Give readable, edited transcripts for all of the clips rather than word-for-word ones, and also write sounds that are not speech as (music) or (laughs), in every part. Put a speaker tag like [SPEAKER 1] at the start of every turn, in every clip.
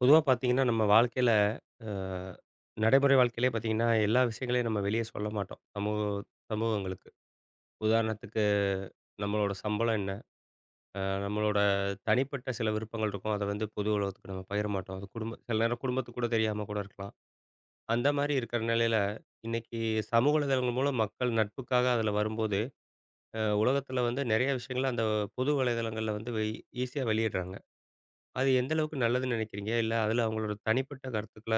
[SPEAKER 1] பொதுவா பார்த்தீங்கன்னா, நம்ம வாழ்க்கையில அ நடைமுறை வாழ்க்கையிலே பார்த்தீங்கன்னா, எல்லா விஷயங்களையும் நம்ம வெளிய சொல்ல மாட்டோம். சமூகங்களுக்கு. உதாரணத்துக்கு நம்மளோட சம்பளம் என்ன? நம்மளோட தனிப்பட்ட சில விருப்பங்கள் இருக்கும். அத வந்து பொது உலகத்துக்கு நம்ம பகிர மாட்டோம். அது குடும்ப சில நேரம் குடும்பத்துக்கு கூட தெரியாம கூட இருக்கலாம். அந்த மாரி இருக்கிற நிலையில, இன்னைக்கு சமூக வலைதளங்கள் மூலம் மக்கள் நட்புக்காக அதுல வரும்போது, உலகத்துல வந்து நெறைய விஷயங்கள அந்த பொது வலைதளங்கள்ல வந்து ஈஸியா வெளியிடுறாங்க. அது எந்த அளவுக்கு நல்லதுன்னு நெனைக்கிறீங்க? இல்ல அதுல அவங்களோட தனிப்பட்ட கருத்துக்கள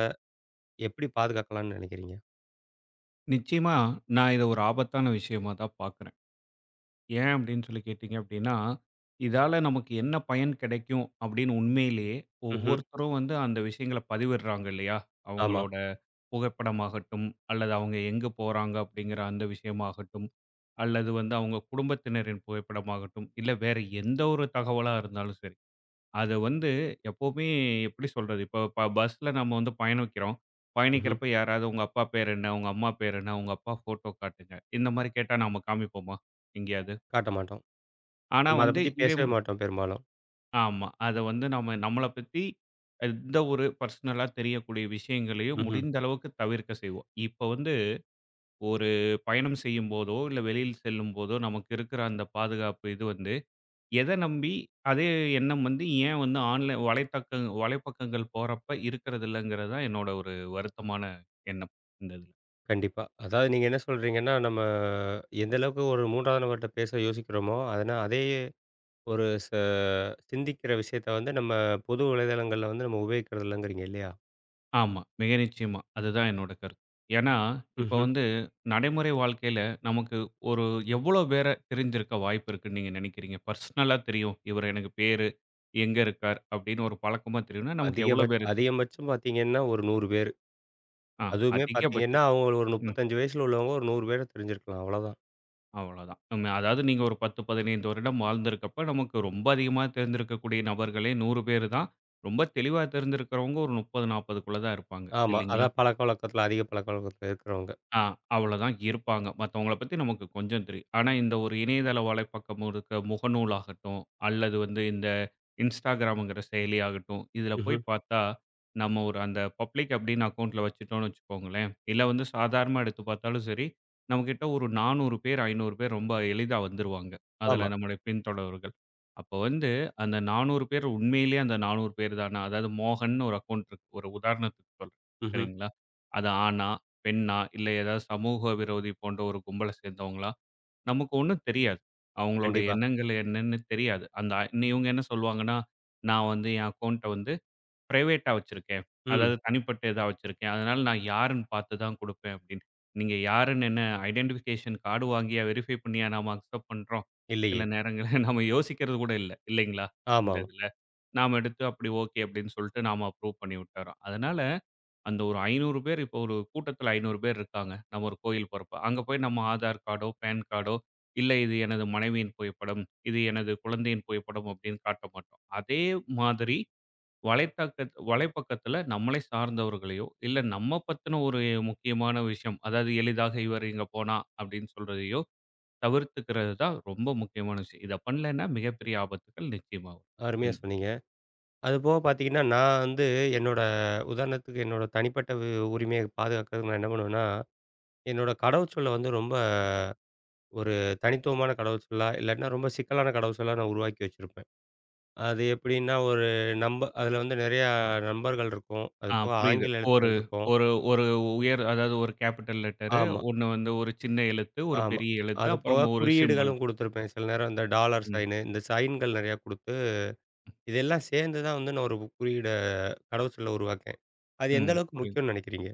[SPEAKER 1] எப்படி பாதுகாக்கலாம்னு நினைக்கிறீங்க?
[SPEAKER 2] நிச்சயமா நான் இதை ஒரு ஆபத்தான விஷயமா தான் பார்க்குறேன். ஏன் அப்படின்னு சொல்லி கேட்டீங்க அப்படின்னா, இதால நமக்கு என்ன பயன் கிடைக்கும் அப்படின்னு உண்மையிலேயே
[SPEAKER 1] ம்ஹ்ம்.
[SPEAKER 2] ஒவ்வொருத்தரும் வந்து அந்த விஷயங்கள பதிவிடுறாங்க இல்லையா?
[SPEAKER 1] ஆமா.
[SPEAKER 2] அவங்களோட புகைப்படமாகட்டும், அல்லது அவங்க எங்கே போறாங்க அப்படிங்கிற அந்த விஷயமாகட்டும், அல்லது வந்து அவங்க குடும்பத்தினரின் புகைப்படமாகட்டும், இல்ல வேற எந்த ஒரு தகவலா இருந்தாலும் சரி. அத வந்து எப்பவுமே எப்படி சொல்றது? இப்போ பஸ்ல நம்ம வந்து பயணிக்கிறோம்.
[SPEAKER 1] ம்ஹ்ம்.
[SPEAKER 2] பயணிக்கிறப்ப யாராவது உங்க அப்பா பேர் என்ன? உங்க அம்மா பேர் என்ன? உங்க அப்பா ஃபோட்டோ காட்டுங்க. இந்த மாரி கேட்டா நாம காமிப்போமா? எங்கேயாவது?
[SPEAKER 1] காட்ட மாட்டோம்.
[SPEAKER 2] ஆனா
[SPEAKER 1] நம்ம அத
[SPEAKER 2] வந்து
[SPEAKER 1] பத்தி
[SPEAKER 2] இதே ம
[SPEAKER 1] பேசவே மாட்டோம் பெரும்பாலும்.
[SPEAKER 2] ஆமா. அத வந்து நம்ம நம்மள பத்தி எந்த ஒரு பர்சனலா தெரியக்கூடிய விஷயங்களையும்
[SPEAKER 1] ம்ஹ்ம்.
[SPEAKER 2] முடிந்த அளவுக்கு தவிர்க்க செய்வோம். இப்ப வந்து ஒரு பயணம் செய்யும்போதோ, இல்ல வெளியில் செல்லும்போதோ, நமக்கு இருக்கிற அந்த பாதுகாப்பு இது வந்து எத நம்பி அதே எண்ணம் வந்து ஏன் வந்து ஆன்லைன் வலைப்பக்கங்கள் போறப்ப இருக்கிறது இல்லங்கிறது தான் என்னோட ஒரு வருத்தமான எண்ணம் இந்த இதுல.
[SPEAKER 1] கண்டிப்பா. அதாவது நீங்க என்ன சொல்றீங்கன்னா, நம்ம எந்த அளவுக்கு ஒரு 3வது நபர்ட்ட பேச யோசிக்கிறோமோ, அதனா அதே ஒரு சிந்திக்கிற விஷயத்த வந்து நம்ம பொது வலைதளங்கள்ல வந்து நம்ம உபயோகிக்கிறது இல்லங்கிறீங்க இல்லையா?
[SPEAKER 2] ஆமா, மிக நிச்சயமா. அதுதான் என்னோட கருத்து. ஏன்னா, இப்ப
[SPEAKER 1] ம்ஹ்ம்.
[SPEAKER 2] வந்து நடைமுறை வாழ்க்கையில நமக்கு ஒரு எவ்வளோ பேர தெரிஞ்சிருக்க வாய்ப்பு இருக்குன்னு நீங்க நினைக்கிறீங்க? பர்சனலா தெரியும். இவர் எனக்கு பேரு, எங்க இருக்கார் அப்படின்னு ஒரு பழக்கமா தெரியும்னா, நமக்கு எவ்வளோ பேருக்கு?
[SPEAKER 1] அதிகபட்சம் பார்த்தீங்கன்னா, ஒரு 100 பேரு.
[SPEAKER 2] ஆ
[SPEAKER 1] அதுவுமே பார்த்தீங்கன்னா,
[SPEAKER 2] அதிகபட்சம்.
[SPEAKER 1] அவங்க ஒரு
[SPEAKER 2] ம்.
[SPEAKER 1] 35 வயசுல உள்ளவங்க ஒரு 100 பேர தெரிஞ்சிருக்கலாம் அவ்வளோதான்.
[SPEAKER 2] அவ்வளோதான். நம்ம அதாவது நீங்க ஒரு 10, 15 வருடம் வாழ்ந்திருக்கப்ப, நமக்கு ரொம்ப அதிகமா தெரிந்திருக்கக்கூடிய நபர்களே 100 பேரு தான். ரொம்ப தெளிவா தெரிந்திருக்கிறவங்க ஒரு 30, 40க்குள்ள தான் இருப்பாங்க.
[SPEAKER 1] ஆமா.
[SPEAKER 2] இல்லைங்களா?
[SPEAKER 1] அதான் அதிக பழக்கவழக்கத்தில இருக்கிறவங்க.
[SPEAKER 2] ஆ அவ்வளோதான் இருப்பாங்க. மத்தவங்கள பத்தி நமக்கு கொஞ்சம் தெரியும். ஆனா, இந்த ஒரு இணையதள வலைப்பக்கம் இருக்க முகநூலாகட்டும், அல்லது வந்து இந்த Instagramங்கிற செயலியாகட்டும், இதில போய்
[SPEAKER 1] ம்ஹ்ம்.
[SPEAKER 2] பார்த்தா, நம்ம ஒரு அந்த பப்ளிக் அப்படின்னு அக்கவுண்ட்ல வச்சுட்டோம்னு வச்சுக்கோங்களேன், இல்ல வந்து சாதாரணமா எடுத்து பார்த்தாலும் சரி, நம்மகிட்ட ஒரு 400 பேர், 500 பேர் ரொம்ப எளிதா வந்துருவாங்க. அதில
[SPEAKER 1] ஆமா.
[SPEAKER 2] நம்முடைய பின்தொடர்வர்கள். அப்போ வந்து அந்த 400 பேர் உண்மையிலேயே அந்த 400 பேர் தானா? அதாவது மோகன்னு ஒரு அக்கவுண்ட் இருக்கு. ஒரு உதாரணத்துக்கு சொல்றேன்.
[SPEAKER 1] ம்ஹ்ம்.
[SPEAKER 2] சரிங்களா? அது ஆணா? பெண்ணா? இல்ல ஏதாவது சமூக விரோதி போன்ற ஒரு கும்பல சேர்ந்தவங்களா? நமக்கு ஒண்ணும் தெரியாது. அவங்களோட
[SPEAKER 1] கண்டிப்பா.
[SPEAKER 2] எண்ணங்கள் என்னன்னு தெரியாது. இன்னி இவங்க என்ன சொல்லுவாங்கன்னா, நான் வந்து என் அக்கவுண்ட்ட வந்து பிரைவேட்டா வச்சிருக்கேன்.
[SPEAKER 1] ம்.
[SPEAKER 2] அதாவது தனிப்பட்ட இதா வச்சிருக்கேன். அதனால நான் யாருன்னு பார்த்து தான் குடுப்பேன் அப்படின்னு. நீங்க யாருன்னு என்ன ஐடென்டிஃபிகேஷன் கார்டு வாங்கியா வெரிஃபை பண்ணியா நாம அக்செப்ட் பண்றோம்?
[SPEAKER 1] இல்லையே!
[SPEAKER 2] சில நேரங்கள்ல (laughs) நம்ம யோசிக்கிறது கூட இல்ல. இல்லைங்களா? இந்த
[SPEAKER 1] ஆமாமா.
[SPEAKER 2] இதுல. நாம எடுத்து அப்படி ஓகே அப்படின்னு சொல்லிட்டு நாம அப்ரூவ் பண்ணி விட்டுர்றோம். அதனால அந்த ஒரு 500 பேர் இப்போ ஒரு கூட்டத்துல 500 பேர் இருக்காங்க. நம்ம ஒரு கோயில் போறப்ப. அங்க போய் நம்ம ஆதார் கார்டோ, பான் கார்டோ, இல்ல இது எனது மனைவியின் புகைப்படம், இது எனது குழந்தையின் புகைப்படம் அப்படின்னு காட்ட மாட்டோம். அதே மாதிரி வலைப்பக்கத்துல நம்மளை சார்ந்தவர்களையோ, இல்ல நம்ம பத்தின ஒரு முக்கியமான விஷயம். அதாவது எளிதாக இவர் இங்க போனா அப்படின்னு சொல்றதையோ தவிர்த்துக்கிறது தான் ரொம்ப முக்கியமான விஷயம். இத பண்ணலைன்னா மிகப்பெரிய ஆபத்துக்கள் நிச்சயமா
[SPEAKER 1] அருமையா
[SPEAKER 2] வரும்.
[SPEAKER 1] சொன்னீங்க. அதுபோக பார்த்தீங்கன்னா, நான் வந்து என்னோட உதாரணத்துக்கு என்னோட தனிப்பட்ட உரிமைய பாதுகாக்கிறதுக்கு நான் என்ன பண்ணுவேன்னா, என்னோட கடவுச்சொல்ல வந்து ரொம்ப ஒரு தனித்துவமான கடவுச்சொல்லா, இல்லாட்டினா ரொம்ப சிக்கலான கடவுச்சொல்லா நான் உருவாக்கி வச்சிருப்பேன். அது எப்படின்னா, ஒரு அதில வந்து நெறையா நம்பர்கள் இருக்கும். அது போக
[SPEAKER 2] புரியுது.
[SPEAKER 1] ஆங்கில
[SPEAKER 2] ஒரு
[SPEAKER 1] எழுத்துக்கள் இருக்கும்.
[SPEAKER 2] ஒரு ஒரு உயர் அதாவது ஒரு கேப்பிட்டல் லெட்டரு,
[SPEAKER 1] ஆமா,
[SPEAKER 2] ஒண்ணு வந்து ஒரு சின்ன எழுத்து, ஒரு
[SPEAKER 1] ஆமா.
[SPEAKER 2] பெரிய எழுத்து,
[SPEAKER 1] அது போக
[SPEAKER 2] அப்புறம் ஒரு சிம்பல்.
[SPEAKER 1] குறியீடுகளும் குடுத்துருப்பேன். சில நேரம் இந்த டாலர்
[SPEAKER 2] ம்,
[SPEAKER 1] சைனு, இந்த சைன்கள் நெறையா குடுத்து, இதெல்லாம் சேர்ந்து தான் வந்து நான் ஒரு குறியீட கடவுச்சொல்ல உருவாக்கினேன். அது எந்த
[SPEAKER 2] ம்.
[SPEAKER 1] அளவுக்கு
[SPEAKER 2] புரியுது.
[SPEAKER 1] முக்கியம்னு நினைக்கிறீங்க?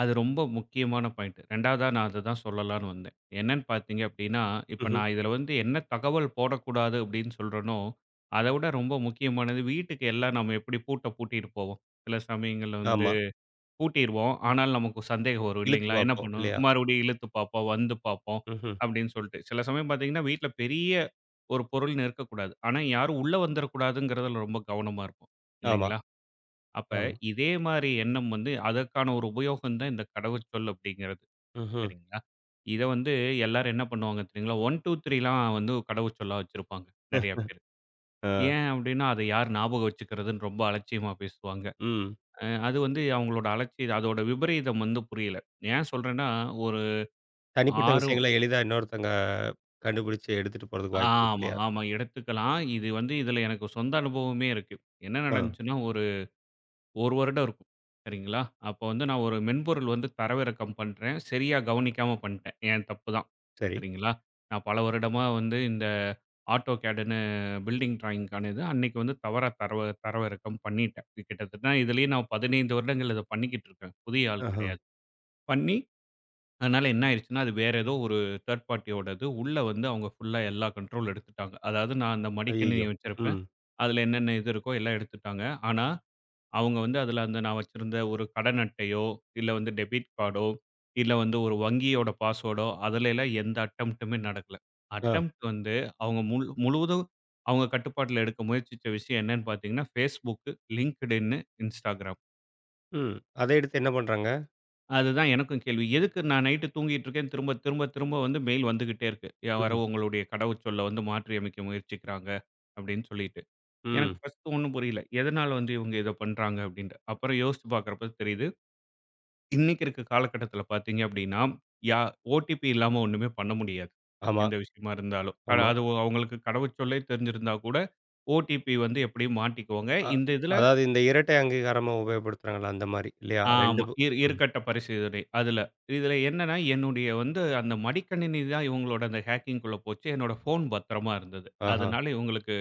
[SPEAKER 2] அது ரொம்ப முக்கியமான பாயிண்ட். 2வதா நான் அததான் சொல்லலான்னு வந்தேன். என்னன்னு பார்த்தீங்க அப்டின்னா, இப்ப
[SPEAKER 1] ம்ஹ்ம்.
[SPEAKER 2] நான் இதுல வந்து என்ன தகவல் போடக்கூடாது அப்டின்னு சொல்றேனோ, அத விட ரொம்ப முக்கியமானது வீட்டுக்கு எல்லாம் நம்ம எப்டி பூட்டிட்டு போவோம். சில சமயங்கள்ல வந்து
[SPEAKER 1] ஆமா.
[SPEAKER 2] பூட்டிருவோம். ஆனாலும் நமக்கு சந்தேகம் வரும்
[SPEAKER 1] இழுத்து
[SPEAKER 2] இல்லைங்களா? என்ன
[SPEAKER 1] பார்ப்போம்
[SPEAKER 2] பண்ணுவோம்?
[SPEAKER 1] இல்லையா?
[SPEAKER 2] மறுபடியும் இழுத்து பார்ப்போம், வந்து பார்ப்போம்
[SPEAKER 1] ம்ஹ்ம்.
[SPEAKER 2] அப்படின்னு சொல்லிட்டு. சில சமயம் பார்த்தீங்கன்னா, வீட்ல பெரிய ஒரு பொருள்னு இருக்கக்கூடாது. ஆனா யாரும் உள்ள வந்துறக்கூடாதுங்கிறதுல ரொம்ப கவனமா இருப்போம்
[SPEAKER 1] ஆமா,
[SPEAKER 2] இல்லைங்களா? அப்ப
[SPEAKER 1] ஆமா.
[SPEAKER 2] இதே மாரி எண்ணம் வந்து அதற்கான ஒரு உபயோகம் தான் இந்த கடவுச்சொல் அப்படிங்கிறது.
[SPEAKER 1] ம்ஹ்ம்.
[SPEAKER 2] சரிங்களா? இத வந்து எல்லாரும் என்ன பண்ணுவாங்க தெரியுங்களா? 1, 2, 3லாம் வந்து கடவுச்சொல்லா வச்சிருப்பாங்க நெறைய
[SPEAKER 1] (laughs)
[SPEAKER 2] பேரு.
[SPEAKER 1] ஆ,
[SPEAKER 2] ஏன் அப்படின்னா, அத யார் ஞாபகம் வச்சுக்கிறதுன்னு ரொம்ப அலட்சியமா பேசுவாங்க.
[SPEAKER 1] ம்.
[SPEAKER 2] அது வந்து அவங்களோட அதோட விபரீதம் வந்து புரியல. ஏன் சொல்றேன்னா, ஒரு
[SPEAKER 1] தனிப்பட்ட
[SPEAKER 2] 6
[SPEAKER 1] விஷயங்கள எளிதா இன்னொருத்தங்க கண்டுபிடிச்சு எடுத்துட்டு போறதுக்கு வாய்ப்பு இருக்கு
[SPEAKER 2] ஆமா,
[SPEAKER 1] இல்லையா?
[SPEAKER 2] ஆமா எடுத்துக்கலாம். இது வந்து இதுல எனக்கு சொந்த அனுபவமே இருக்கு. என்ன
[SPEAKER 1] ஆ,
[SPEAKER 2] நடந்துச்சுன்னா, ஒரு 1 வருடம் இருக்கும். சரிங்களா? அப்போ வந்து நான் ஒரு மென்பொருள் வந்து தரவிறக்கம் பண்றேன். சரியா கவனிக்காம பண்ணிட்டேன். என் தப்பு தான்.
[SPEAKER 1] சரி.
[SPEAKER 2] சரிங்களா? நான் பல வருடமா வந்து இந்த ஆட்டோகேடுன்னு பில்டிங் டிராயிங்க்கான இது அன்னைக்கு வந்து தவறா தரவிறக்கம் பண்ணிட்டேன். இது கிட்டத்தட்ட இதுலயே நான் 15 வருடங்கள் இத பண்ணிக்கிட்டு இருக்கேன். புதிய ஆள்
[SPEAKER 1] ஆஹா.
[SPEAKER 2] கிடையாது. பண்ணி அதனால என்ன ஆயிருச்சுன்னா, அது வேற ஏதோ ஒரு தேர்ட் பார்ட்டியோடது. உள்ள வந்து அவங்க ஃபுல்லா எல்லா கண்ட்ரோல் எடுத்துட்டாங்க. அதாவது நான் அந்த மடிக்கணினி
[SPEAKER 1] ஐய்யய்யோ!
[SPEAKER 2] வச்சிருப்பேன்.
[SPEAKER 1] ம்.
[SPEAKER 2] அதுல என்னென்ன இது இருக்கோ எல்லாம் எடுத்துட்டாங்க. ஆனா, அவங்க வந்து அதுல அந்த நான் வச்சிருந்த ஒரு கடன் அட்டையோ, இல்ல வந்து டெபிட் கார்டோ, இல்ல வந்து ஒரு வங்கியோட பாஸ்வேர்டோ அதுலலாம் எந்த அட்டெம்ப்ட்டுமே நடக்கல.
[SPEAKER 1] ஆ,
[SPEAKER 2] அட்டெம்ப்ட் வந்து அவங்க முழுவதும் அவங்க கட்டுப்பாட்டுல எடுக்க முயற்சிச்ச விஷயம் என்னன்னு பார்த்தீங்கன்னா, Facebook, LinkedIn, Instagram.
[SPEAKER 1] ம். அத எடுத்து என்ன பண்றாங்க?
[SPEAKER 2] அதுதான் எனக்கும் கேள்வி. எதுக்கு நான் நைட்டு தூங்கிட்டு இருக்கேன். திரும்ப திரும்ப திரும்ப வந்து மெயில் வந்துகிட்டே இருக்கு. யாரோ
[SPEAKER 1] ம்ஹ்ம்.
[SPEAKER 2] உங்களுடைய கடவுச்சொல்ல வந்து மாற்றியமைக்க முயற்சிக்கிறாங்க அப்படின்னு சொல்லிட்டு. எனக்கு
[SPEAKER 1] ம்.
[SPEAKER 2] ஃபர்ஸ்ட் ஒண்ணும் புரியல. எதனால வந்து இவங்க இத பண்றாங்க அப்படின்ட்டு. அப்புறம் யோசிச்சு பார்க்கிறப்ப தெரியுது. இன்னைக்கு இருக்க காலகட்டத்தில பார்த்தீங்க அப்படின்னா, யா ஓடிபி இல்லாம ஒண்ணுமே பண்ண முடியாது.
[SPEAKER 1] ஆமா,
[SPEAKER 2] எந்த விஷயமா இருந்தாலும். அட,
[SPEAKER 1] ஆமா.
[SPEAKER 2] அது அவங்களுக்கு கடவுச்சொல்லே தெரிஞ்சிருந்தா கூட, ஓடிபி வந்து எப்படியும் மாட்டிக்குவாங்க.
[SPEAKER 1] அ
[SPEAKER 2] இந்த இதுல
[SPEAKER 1] அதாவது இந்த இரட்டை அங்கீகாரமா உபயோகப்படுத்துறாங்கல்ல அந்த மாரி இல்லையா?
[SPEAKER 2] ஆமா.
[SPEAKER 1] 2 ம்.
[SPEAKER 2] இருக்கட்ட பரிசீலனை அதுல. இதுல என்னன்னா, என்னுடைய வந்து அந்த மடிக்கணினி தான் இவங்களோட அந்த ஹேக்கிங்குள்ள போச்சு. என்னோட ஃபோன் பத்திரமா இருந்தது.
[SPEAKER 1] ஆஹா.
[SPEAKER 2] அதனால இவங்களுக்கு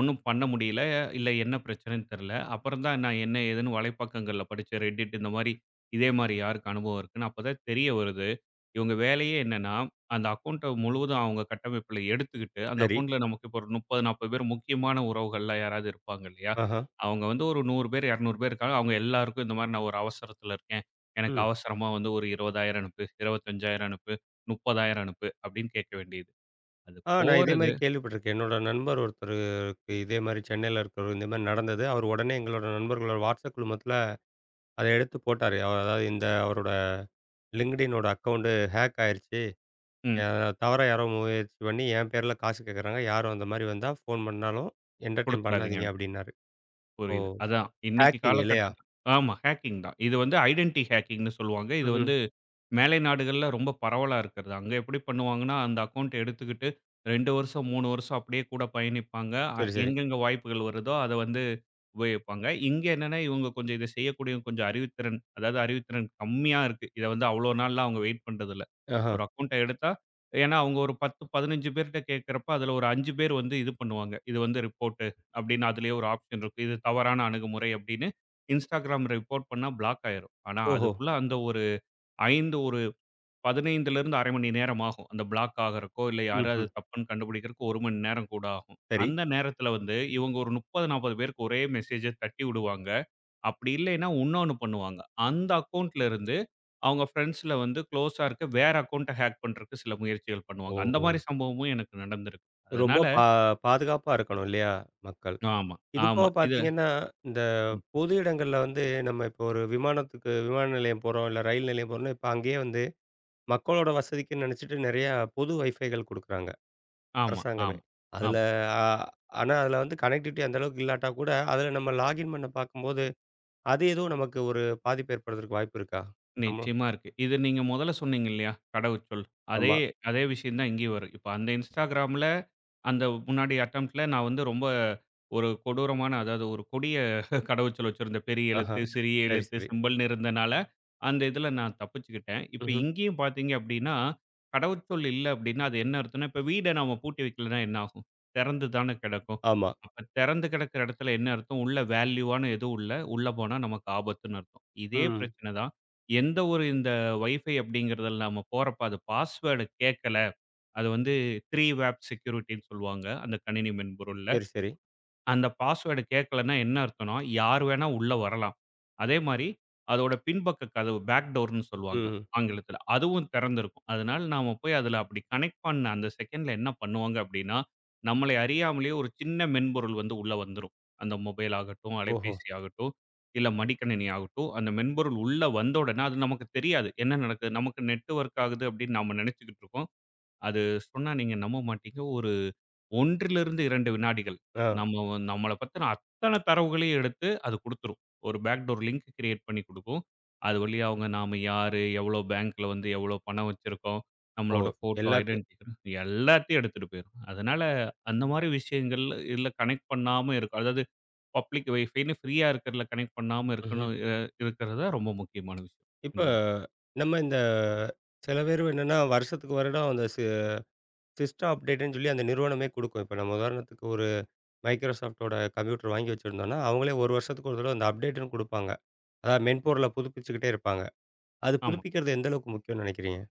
[SPEAKER 2] ஒண்ணும் பண்ண முடியல. இல்ல என்ன பிரச்சனைன்னு தெரியல. அப்புறம் தான் நான் என்ன ஏதுன்னு வலைப்பக்கங்கள்ல படிச்சேன். Reddit இந்த மாரி இதே மாரி யாருக்கு அனுபவம் இருக்குன்னு அப்பதான் தெரிய வருது. இவங்க வேலையே என்னன்னா, அந்த அக்கவுண்ட்ட முழுவதும் அவங்க கட்டமைப்புல எடுத்துக்கிட்டு, அந்த
[SPEAKER 1] சரி.
[SPEAKER 2] அக்கவுண்ட்ல நமக்கு இப்போ ஒரு 30, 40 பேர் முக்கியமான உறவுகள்லாம் யாராவது இருப்பாங்க இல்லையா?
[SPEAKER 1] ஆஹா.
[SPEAKER 2] அவங்க வந்து ஒரு 100 பேர், 200 பேர் இருக்காங்க. அவங்க எல்லாருக்கும் இந்த மாரி நான் ஒரு அவசரத்தில இருக்கேன். எனக்கு
[SPEAKER 1] ம்.
[SPEAKER 2] அவசரமா வந்து ஒரு 20,000 அனுப்பு, 25,000 அனுப்பு, 30,000 அனுப்பு அப்படின்னு கேட்க வேண்டியது. அது
[SPEAKER 1] ஆ நான் இதே
[SPEAKER 2] போறது
[SPEAKER 1] மாரி கேள்விப்பட்டிருக்கேன். என்னோட நண்பர் ஒருத்தருக்கு இதே மாரி சென்னையில இருக்கிறவர் இந்த மாரி நடந்தது. அவர் உடனே எங்களோட நண்பர்களோட WhatsApp குழுமத்தில அத எடுத்து போட்டாரு. அவ அதாவது இந்த அவரோட LinkedIn ஓட அக்கவுண்ட் ஹேக் ஆயிருச்சு.
[SPEAKER 2] ம்.
[SPEAKER 1] அ தவறா யாரோ முயற்சி பண்ணி என் பேர்ல காசு கேட்குறாங்க. யாரும் அந்த மாரி வந்தா ஃபோன் பண்ணாலும் என்டர்டெயின்
[SPEAKER 2] குடுத்துடாதீங்க.
[SPEAKER 1] பண்ணாதீங்க அப்டின்னாரு. ஓ!
[SPEAKER 2] புரியுது. அதான் இன்னைக்கு
[SPEAKER 1] ஹேக்கிங் இல்லையா?
[SPEAKER 2] காலகட்டத்துல ஆமா ஹேக்கிங் தான். இது வந்து ஐடென்டி ஹேக்கிங்ன்னு சொல்லுவாங்க. இது
[SPEAKER 1] ம்ஹ்ம்.
[SPEAKER 2] வந்து மேலை நாடுகள்ல ரொம்ப பரவலா இருக்கிறது. அங்க எப்படி பண்ணுவாங்கன்னா, அந்த அக்கவுண்ட் எடுத்துக்கிட்டு 2 வருஷம், 3 வருஷம் அப்படியே கூட பயணிப்பாங்க.
[SPEAKER 1] சரி, சரி.
[SPEAKER 2] எங்கெங்க வாய்ப்புகள் வருதோ அத வந்து உபயோகிப்பாங்க. இங்க என்னன்னா, இவங்க கொஞ்சம் இத செய்யக்கூடிய கொஞ்சம் அறிவுத்திறன் கம்மியா இருக்கு. இத வந்து அவ்வளோ நாள்லாம் அவங்க வெயிட் பண்றதில்ல.
[SPEAKER 1] ஆஹா.
[SPEAKER 2] ஒரு அக்கவுண்ட்ட எடுத்தா ஏன்னா அவங்க ஒரு 10, 15 பேர்ட்ட கேட்கிறப்ப, அதுல ஒரு 5 பேர் வந்து இது பண்ணுவாங்க. இது வந்து ரிப்போர்ட் அப்படின்னு அதிலேயே ஒரு ஆப்ஷன் இருக்கும். இது தவறான அணுகுமுறை அப்படின்னு Instagram ரிப்போர்ட் பண்ணா பிளாக் ஆயிரும். ஆனா,
[SPEAKER 1] ஓஹோ!
[SPEAKER 2] அதுக்குள்ள அந்த ஒரு 5 ஒரு 15லருந்து 1/2 மணி நேரம் ஆகும். அந்த பிளாக் ஆகுறக்கோ, இல்ல யாரும் அது
[SPEAKER 1] ம்ஹ்ம்.
[SPEAKER 2] தப்புன்னு கண்டுபிடிக்கிறதுக்கு 1 மணி நேரம் கூட ஆகும்.
[SPEAKER 1] சரி.
[SPEAKER 2] அந்த நேரத்துல வந்து இவங்க ஒரு 30, 40 பேருக்கு ஒரே மெசேஜ தட்டி விடுவாங்க. அப்படி இல்லைன்னா இன்னொன்னு பண்ணுவாங்க. அந்த அக்கவுண்ட்ல இருந்து அவங்க ஃப்ரெண்ட்ஸ்ல வந்து குளோஸா இருக்க வேற அக்கவுண்ட்ட ஹேக் பண்றதுக்கு சில முயற்சிகள் பண்ணுவாங்க. அந்த
[SPEAKER 1] ஓஹோ!
[SPEAKER 2] மாதிரி சம்பவமும் எனக்கு நடந்திருக்கு.
[SPEAKER 1] ரொம்ப
[SPEAKER 2] அதனால
[SPEAKER 1] பாதுகாப்பா இருக்கணும் இல்லையா? மக்கள்.
[SPEAKER 2] ஆமா,
[SPEAKER 1] இது
[SPEAKER 2] ஆமா.
[SPEAKER 1] போக
[SPEAKER 2] இது
[SPEAKER 1] பார்த்தீங்கன்னா, இந்த பொது இடங்கள்ல வந்து நம்ம இப்போ ஒரு விமானத்துக்கு விமான நிலையம் போறோம், இல்ல ரயில் நிலையம் போறோம்னா, இப்ப அங்கேயே வந்து மக்களோட வசதிக்குன்னு நெனச்சுட்டு நெறையா பொது வைஃபைகள் குடுக்குறாங்க,
[SPEAKER 2] ஆமா,
[SPEAKER 1] அரசாங்கமே.
[SPEAKER 2] ஆமா,
[SPEAKER 1] அதுல
[SPEAKER 2] ஆமா.
[SPEAKER 1] அ ஆனா அதுல வந்து கனெக்டிவிட்டி அந்த அளவுக்கு இல்லாட்டா கூட, அதுல நம்ம லாகின் பண்ண பார்க்கும்போது, அது எதுவும் நமக்கு ஒரு பாதிப்பு ஏற்படுறதுக்கு வாய்ப்பு இருக்கா? நம்மளும்
[SPEAKER 2] நிச்சயமா இருக்கு. இது நீங்க முதல்ல சொன்னீங்க இல்லையா? கடவுச்சொல். அதே
[SPEAKER 1] ஆமா.
[SPEAKER 2] அதே விஷயம் தான் இங்கேயும் வரும். இப்ப அந்த Instagramல அந்த முன்னாடி அட்டெம்ப்ட்ல நான் வந்து ரொம்ப ஒரு கொடூரமான அதாவது ஒரு கொடிய கடவுச்சொல் வச்சிருந்தேன். பெரிய
[SPEAKER 1] ஆஹா.
[SPEAKER 2] எழுத்து, சிறிய
[SPEAKER 1] சரி,
[SPEAKER 2] எழுத்து,
[SPEAKER 1] சரி.
[SPEAKER 2] சிம்பல்னு இருந்தனால, அந்த இதில நான் தப்பிச்சுக்கிட்டேன். இப்ப
[SPEAKER 1] ம்ஹ்ம்.
[SPEAKER 2] இங்கேயும் பார்த்தீங்க அப்படின்னா, கடவுச்சொல் இல்ல அப்படின்னா, அது என்ன அர்த்தம்னா, இப்ப வீட நாம பூட்டி வைக்கலன்னா என்ன ஆகும்? திறந்து தானே கிடக்கும்.
[SPEAKER 1] ஆமா.
[SPEAKER 2] அப்ப திறந்து கிடக்கிற இடத்துல என்ன அர்த்தம்? உள்ள வேல்யூவான எதுவும் இல்ல. உள்ள போனா நமக்கு ஆபத்துன்னு அர்த்தம். இதே
[SPEAKER 1] ம்.
[SPEAKER 2] பிரச்சனை தான். எந்த ஒரு இந்த வைஃபை அப்படிங்கிறதுல நாம போறப்ப, அது பாஸ்வேர்டு கேட்கல. அது வந்து 3 வேப் செக்யூரிட்டின்னு சொல்லுவாங்க, அந்த கணினி மென்பொருள்ல.
[SPEAKER 1] சரி, சரி.
[SPEAKER 2] அந்த பாஸ்வேர்டு கேட்கலன்னா என்ன அர்த்தம்னா, யார் வேணா உள்ள வரலாம். அதே மாரி அதோட பின்பக்க கதவு பேக் டோர்ன்னு சொல்லுவாங்க
[SPEAKER 1] ம்.
[SPEAKER 2] ஆங்கிலத்தில. அதுவும் திறந்திருக்கும். அதனால நாம போய் அதில அப்படி கனெக்ட் பண்ண அந்த செகண்ட்ல என்ன பண்ணுவாங்க அப்படின்னா, நம்மளை அறியாமலேயே ஒரு சின்ன மென்பொருள் வந்து உள்ள வந்துரும். அந்த மொபைல் ஆகட்டும்,
[SPEAKER 1] ஓஹோ!
[SPEAKER 2] அலைபேசி ஆகட்டும், இல்ல மடிக்கணினி ஆகட்டும். அந்த மென்பொருள் உள்ள வந்த உடனே அது நமக்கு தெரியாது. என்ன நடக்குது? நமக்கு நெட்வொர்க் ஆகுது அப்படின்னு நாம நினைச்சுக்கிட்டு இருக்கோம். அது சொன்னா நீங்க நம்ப மாட்டீங்க. ஒரு 1 லிருந்து 2 வினாடிகள்.
[SPEAKER 1] ஆ.
[SPEAKER 2] நம்மள பத்தின அத்தன தரவுகளையும் எடுத்து அது குடுத்துரும். ஒரு பேக்டோர் லிங்க் கிரியேட் பண்ணி குடுக்கும். அது வழியா அவங்க நாம யாரு? எவ்வளோ பேங்க்ல வந்து எவ்வளோ பணம் வச்சிருக்கோம்?
[SPEAKER 1] ஓ!
[SPEAKER 2] நம்மளோட ஃபோட்டோ,
[SPEAKER 1] எல்லாத்தையும்
[SPEAKER 2] ஐடென்டிட்டி எல்லாத்தையும் எடுத்துட்டு போயிரும். அதனால அந்த மாரி விஷயங்கள் இதுல கனெக்ட் பண்ணாம இருக்கும். அதாவது பப்ளிக் வைஃபைன்னு ஃப்ரீயா இருக்கிறதுல கனெக்ட் பண்ணாம
[SPEAKER 1] ம்ஹ்ம்.
[SPEAKER 2] இருக்கணும் இருக்கிறது தான் ரொம்ப முக்கியமான விஷயம்.
[SPEAKER 1] இப்ப
[SPEAKER 2] இந்த இது.
[SPEAKER 1] நம்ம இந்த சில பேர் என்னன்னா, வருஷத்துக்கு வருடம் அந்த சிஸ்டம் அப்டேட்ன்னு சொல்லி அந்த நிறுவனமே குடுக்கும். இப்ப நம்ம உதாரணத்துக்கு ஒரு Microsoftடோட கம்ப்யூட்டர் வாங்கி வச்சிருந்தோம்னா, அவங்களே ஒரு வருஷத்துக்கு ஒரு தடவ அந்த அப்டேட்ன்னு குடுப்பாங்க. அதாவது மென்பொருள புதுப்பிச்சுக்கிட்டே இருப்பாங்க. அது
[SPEAKER 2] ஆமா.
[SPEAKER 1] புதுப்பிக்கிறது எந்த அளவுக்கு முக்கியம்னு நெனைக்கிறீங்க?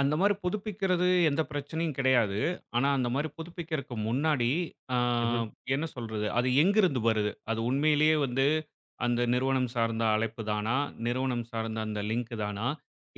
[SPEAKER 2] அந்த மாரி புதுப்பிக்கிறது எந்த பிரச்சனையும் கிடையாது. ஆனா, அந்த மாரி புதுப்பிக்கிறக்கு முன்னாடி, ஆ
[SPEAKER 1] ம்ஹ்ம்.
[SPEAKER 2] என்ன சொல்றது? அது எங்கிருந்து வருது? அது உண்மையிலேயே வந்து அந்த நிறுவனம் சார்ந்த அழைப்பு தானா? நிறுவனம் சார்ந்த அந்த லிங்க் தானா?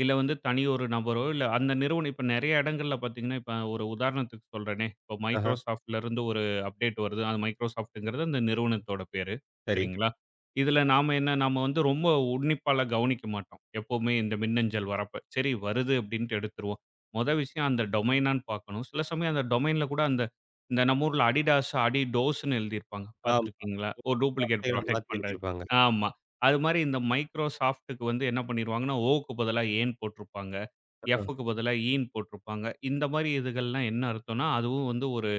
[SPEAKER 2] இல்ல வந்து தனி ஒரு நபரோ, இல்ல அந்த நிறுவனம் இப்ப நெறைய இடங்கள்ல பார்த்தீங்கன்னா, இப்ப ஒரு உதாரணத்துக்கு சொல்றேனே, இப்ப
[SPEAKER 1] ஆஹா,
[SPEAKER 2] Microsoftலேருந்து ஒரு அப்டேட் வருது. அது Microsoftங்கிறது அந்த நிறுவனத்தோட பேரு.
[SPEAKER 1] சரி.
[SPEAKER 2] சரிங்களா? இதுல நாம என்ன, நாம வந்து ரொம்ப உன்னிப்பாலாம் கவனிக்க மாட்டோம். எப்பவுமே இந்த மின்னஞ்சல் வரப்ப. சரி வருது அப்டின்ட்டு எடுத்துருவோம். மொத விஷயம் அந்த டொமைனான்னு பார்க்கணும். சில சமயம் அந்த டொமைன்ல கூட அந்த இந்த நம்ம ஊர்ல Adidas, Adidosன்னு எழுதியிருப்பாங்க.
[SPEAKER 1] ஆம்.
[SPEAKER 2] பார்த்துருக்கீங்களா? ஒரு டூப்ளிகேட்
[SPEAKER 1] வார்த்தைகள
[SPEAKER 2] ப்ராடக்ட்
[SPEAKER 1] மாத்தி
[SPEAKER 2] பண்ற
[SPEAKER 1] எழுதியிருப்பாங்க.
[SPEAKER 2] ஆமா. அது மாரி இந்த மைக்ரோசாஃப்ட்க்கு வந்து என்ன பண்ணிருவாங்கன்னா, ஓவுக்கு பதிலா ஏன்னு போட்டிருப்பாங்க.
[SPEAKER 1] ஆ,
[SPEAKER 2] எஃப்க்கு பதிலா ஈன்னு போட்டிருப்பாங்க. இந்த மாரி இதுகள்லாம் என்ன அர்த்தம்னா, அதுவும் வந்து ஒரு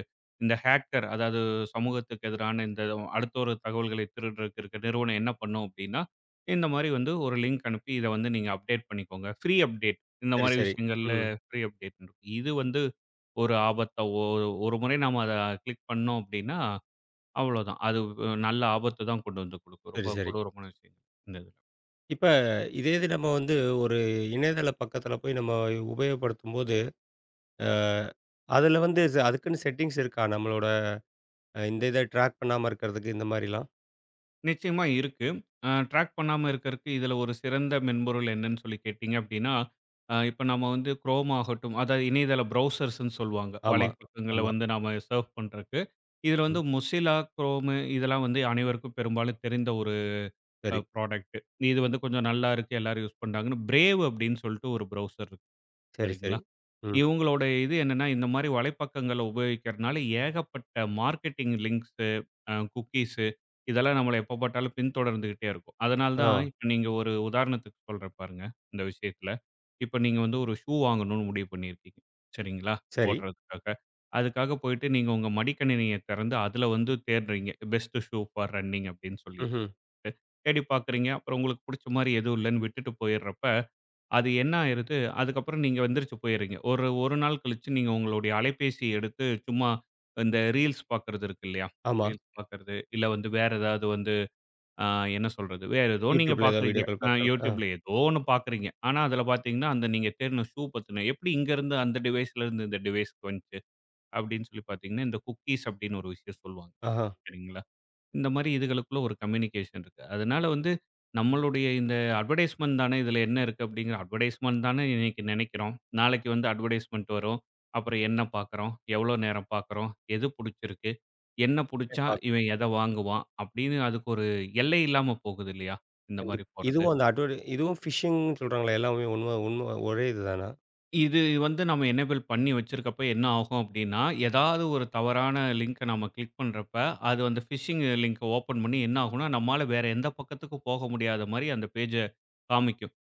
[SPEAKER 2] இந்த ஹேக்கர் அதாவது சமூகத்துக்கு எதிரான இந்த அடுத்தோரு தகவல்களை திருடுறதுக்கு இருக்க நிறுவனம் என்ன பண்ணும் அப்படின்னா, இந்த மாரி வந்து ஒரு லிங்க் அனுப்பி இத வந்து நீங்க அப்டேட் பண்ணிக்கோங்க. ஃப்ரீ அப்டேட் இந்த
[SPEAKER 1] சரி,
[SPEAKER 2] மாரி
[SPEAKER 1] சரி.
[SPEAKER 2] விஷயங்கள்ல
[SPEAKER 1] ம்.
[SPEAKER 2] ஃப்ரீ அப்டேட் இருக்கும். இது வந்து ஒரு ஆபத்தா ஒரு முறை நாம அத கிளிக் பண்ணோம் அப்படின்னா அவ்வளோதான். அது நல்ல ஆபத்த தான் கொண்டு வந்து குடுக்கும்.
[SPEAKER 1] சரி,
[SPEAKER 2] ரொம்ப
[SPEAKER 1] சரி.
[SPEAKER 2] கொடூரமான விஷயம் இந்த இதுல.
[SPEAKER 1] இப்ப இதே இது நம்ம வந்து ஒரு இணையதள பக்கத்துல போய் நம்ம உபயோகப்படுத்தும்போது, அ அதுல வந்து ச அதுக்குன்னு செட்டிங்ஸ் இருக்கா? நம்மளோட இந்த இத ட்ராக் பண்ணாம இருக்கிறதுக்கு இந்த மாரிலாம்?
[SPEAKER 2] நிச்சயமா இருக்கு. ட்ராக் பண்ணாம இருக்கறக்கு இதுல ஒரு சிறந்த மென்பொருள் என்னன்னு சொல்லி கேட்டீங்க அப்டின்னா, இப்ப நம்ம வந்து Chrome ஆகட்டும், அதாவது இணையதள ப்ரௌசர்ஸ்ன்னு சொல்லுவாங்க.
[SPEAKER 1] ஆமா,
[SPEAKER 2] வலைப்பக்கங்கள
[SPEAKER 1] ஆமா.
[SPEAKER 2] வந்து நாம சர்ஃப் பண்றக்கு. இதுல வந்து
[SPEAKER 1] ம்.
[SPEAKER 2] Mozilla, Chrome இதெல்லாம் வந்து அனைவருக்கும் பெரும்பாலும் தெரிந்த ஒரு
[SPEAKER 1] சரி,
[SPEAKER 2] ப்ராடக்ட். இது வந்து கொஞ்சம் நல்லா இருக்கு, எல்லாரும் யூஸ் பண்றாங்கன்னு Brave அப்டின்னு சொல்லிட்டு ஒரு ப்ரௌசர் இருக்கு.
[SPEAKER 1] சரி,
[SPEAKER 2] சரிங்களா?
[SPEAKER 1] சரி. ம்.
[SPEAKER 2] இவங்களோட இது என்னன்னா, இந்த மாரி வலைப்பக்கங்கள உபயோகிக்கிறனால ஏகப்பட்ட மார்க்கெட்டிங் லிங்க்ஸு, குக்கீஸு இதெல்லாம் நம்மள எப்ப பாத்தாலும் பின்தொடர்ந்துகிட்டே இருக்கும். அதனால
[SPEAKER 1] ஆ.
[SPEAKER 2] தான் இப்ப நீங்க ஒரு உதாரணத்துக்கு சொல்றேன் பாருங்க, இந்த விஷயத்துல. இப்ப நீங்க வந்து ஒரு ஷூ வாங்கணும்னு முடிவு பண்ணியிருக்கீங்க. சரிங்களா?
[SPEAKER 1] சரி.
[SPEAKER 2] போடுறதுக்காக. அதுக்காக போயிட்டு நீங்க உங்க மடிக்கணினிய திறந்து அதுல வந்து தேடுறீங்க. பெஸ்ட் ஷூ ஃபார் ரன்னிங் அப்படின்னு சொல்லிட்டு.
[SPEAKER 1] ம்ஹ்ம்.
[SPEAKER 2] தேடி பாக்குறீங்க. அப்புறம் உங்களுக்கு புடிச்ச மாரி எதுவும் இல்லன்னு விட்டுட்டு போயிடுறப்ப, அது என்ன ஆயிருது, அதுக்கப்புறம் நீங்க எந்திரிச்சு போயிறீங்க. ஒரு 1 நாள் கழிச்சு நீங்க உங்களுடைய அலைபேசிய எடுத்து சும்மா இந்த ரீல்ஸ் பார்க்கறது இருக்கு இல்லையா?
[SPEAKER 1] ஆமா.
[SPEAKER 2] ரீல்ஸ் பார்க்கறது, இல்ல வந்து வேற ஏதாவது வந்து அ என்ன சொல்றது? வேற ஏதோ நீங்க
[SPEAKER 1] YouTubeல ஏதாவது
[SPEAKER 2] பார்க்குறீங்க.
[SPEAKER 1] வீடியோக்கள் பார்க்குறது. ஆ.
[SPEAKER 2] YouTubeல ஏதோ ஒண்ணு பார்க்குறீங்க. ஆனா அதில பார்த்தீங்கன்னா, அந்த நீங்க தேடுன ஷூ பத்தின எப்படி இங்கருந்து அந்த டிவைஸ்லேருந்து இந்த டிவைஸ்க்கு வந்துச்சு அப்படின்னு சொல்லி பார்த்தீங்கன்னா, இந்த குக்கீஸ் அப்படின்னு ஒரு விஷயம் சொல்லுவாங்க.
[SPEAKER 1] ஆஹா.
[SPEAKER 2] சரிங்களா? இந்த மாரி இதுகளுக்குள்ள ஒரு கம்யூனிகேஷன் இருக்கு. அதனால வந்து நம்மளுடைய இந்த அட்வர்டைஸ்மென்ட் தானே இதுல என்ன இருக்கு அப்படிங்கிற அட்வர்டைஸ்மென்ட் தானே இன்னைக்கு நினைக்கிறோம். நாளைக்கு வந்து அட்வர்டைஸ்மென்ட் வரும். அப்புறம் என்ன பார்க்குறோம்? எவ்வளோ நேரம் பார்க்குறோம்? எது புடிச்சிருக்கு? என்ன
[SPEAKER 1] சரி,
[SPEAKER 2] புடிச்சா இவன் எத வாங்குவான்? அப்படின்னு அதுக்கு ஒரு எல்லை இல்லாம போகுது இல்லையா? இந்த மாரி
[SPEAKER 1] கண்டிப்பா.
[SPEAKER 2] போறது.
[SPEAKER 1] இதுவும் அந்த அட்வர்ட் இதுவும் ஃபிஷிங்ன்னு சொல்றாங்களே! எல்லாமே உண்ம உண்ம ஒரே இது தானா?
[SPEAKER 2] இது வந்து நம்ம எனேபிள் பண்ணி வச்சிருக்கப்ப என்ன ஆகும் அப்படின்னா, ஏதாவது ஒரு தவறான லிங்க்க நம்ம கிளிக் பண்றப்ப, அது அந்த ஃபிஷிங் லிங்க்க ஓப்பன் பண்ணி என்ன ஆகும்னா, நம்மால வேற எந்த பக்கத்துக்கும் போக முடியாத மாரி அந்த பேஜ காமிக்கும்.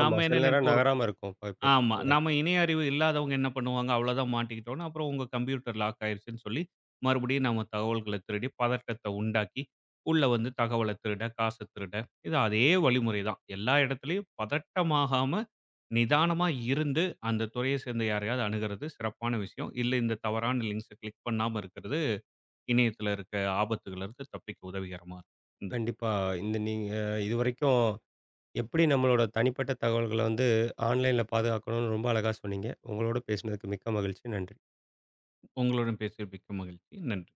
[SPEAKER 1] ஆமா.
[SPEAKER 2] நாம என்ன
[SPEAKER 1] சில நேரம்
[SPEAKER 2] நெனைப்போம், ஒரு
[SPEAKER 1] நகராம இருக்கும். இப்ப
[SPEAKER 2] ஆமா.
[SPEAKER 1] பக்கங்கள்.
[SPEAKER 2] நாம இணைய அறிவு இல்லாதவங்க என்ன பண்ணுவாங்க, அவ்வளோதான் மாட்டிக்கிட்டோம்ன்னு, அப்புறம் உங்க கம்ப்யூட்டர் லாக் ஆயிருச்சுன்னு சொல்லி, மறுபடியும் நம்ம தகவல்கள திருடி, பதட்டத்த உண்டாக்கி, உள்ள வந்து தகவல திருட, காச திருட, இது அதே வழிமுறை தான். எல்லா இடத்துலயும் பதட்டமாகாம, நிதானமா இருந்து, அந்த துறைய சேர்ந்த யாரையாவது அணுகுறது சிறப்பான விஷயம். இல்ல இந்த தவறான லிங்க்ஸ கிளிக் பண்ணாம இருக்கிறது, இணையத்துல இருக்க ஆபத்துகள்ல இருந்து தப்பிக்க உதவிகரமா இருக்கும். இந்த
[SPEAKER 1] கண்டிப்பா. இந்த நீங்க இதுவரைக்கும் எப்படி நம்மளோட தனிப்பட்ட தகவல்கள வந்து ஆன்லைன்ல பாதுகாக்கணும்னு ரொம்ப அழகா சொன்னீங்க. உங்களோட பேசினதுக்கு மிக்க மகிழ்ச்சி. நன்றி.
[SPEAKER 2] உங்களுடன் பேசிய மிக்க மகிழ்ச்சி. நன்றி.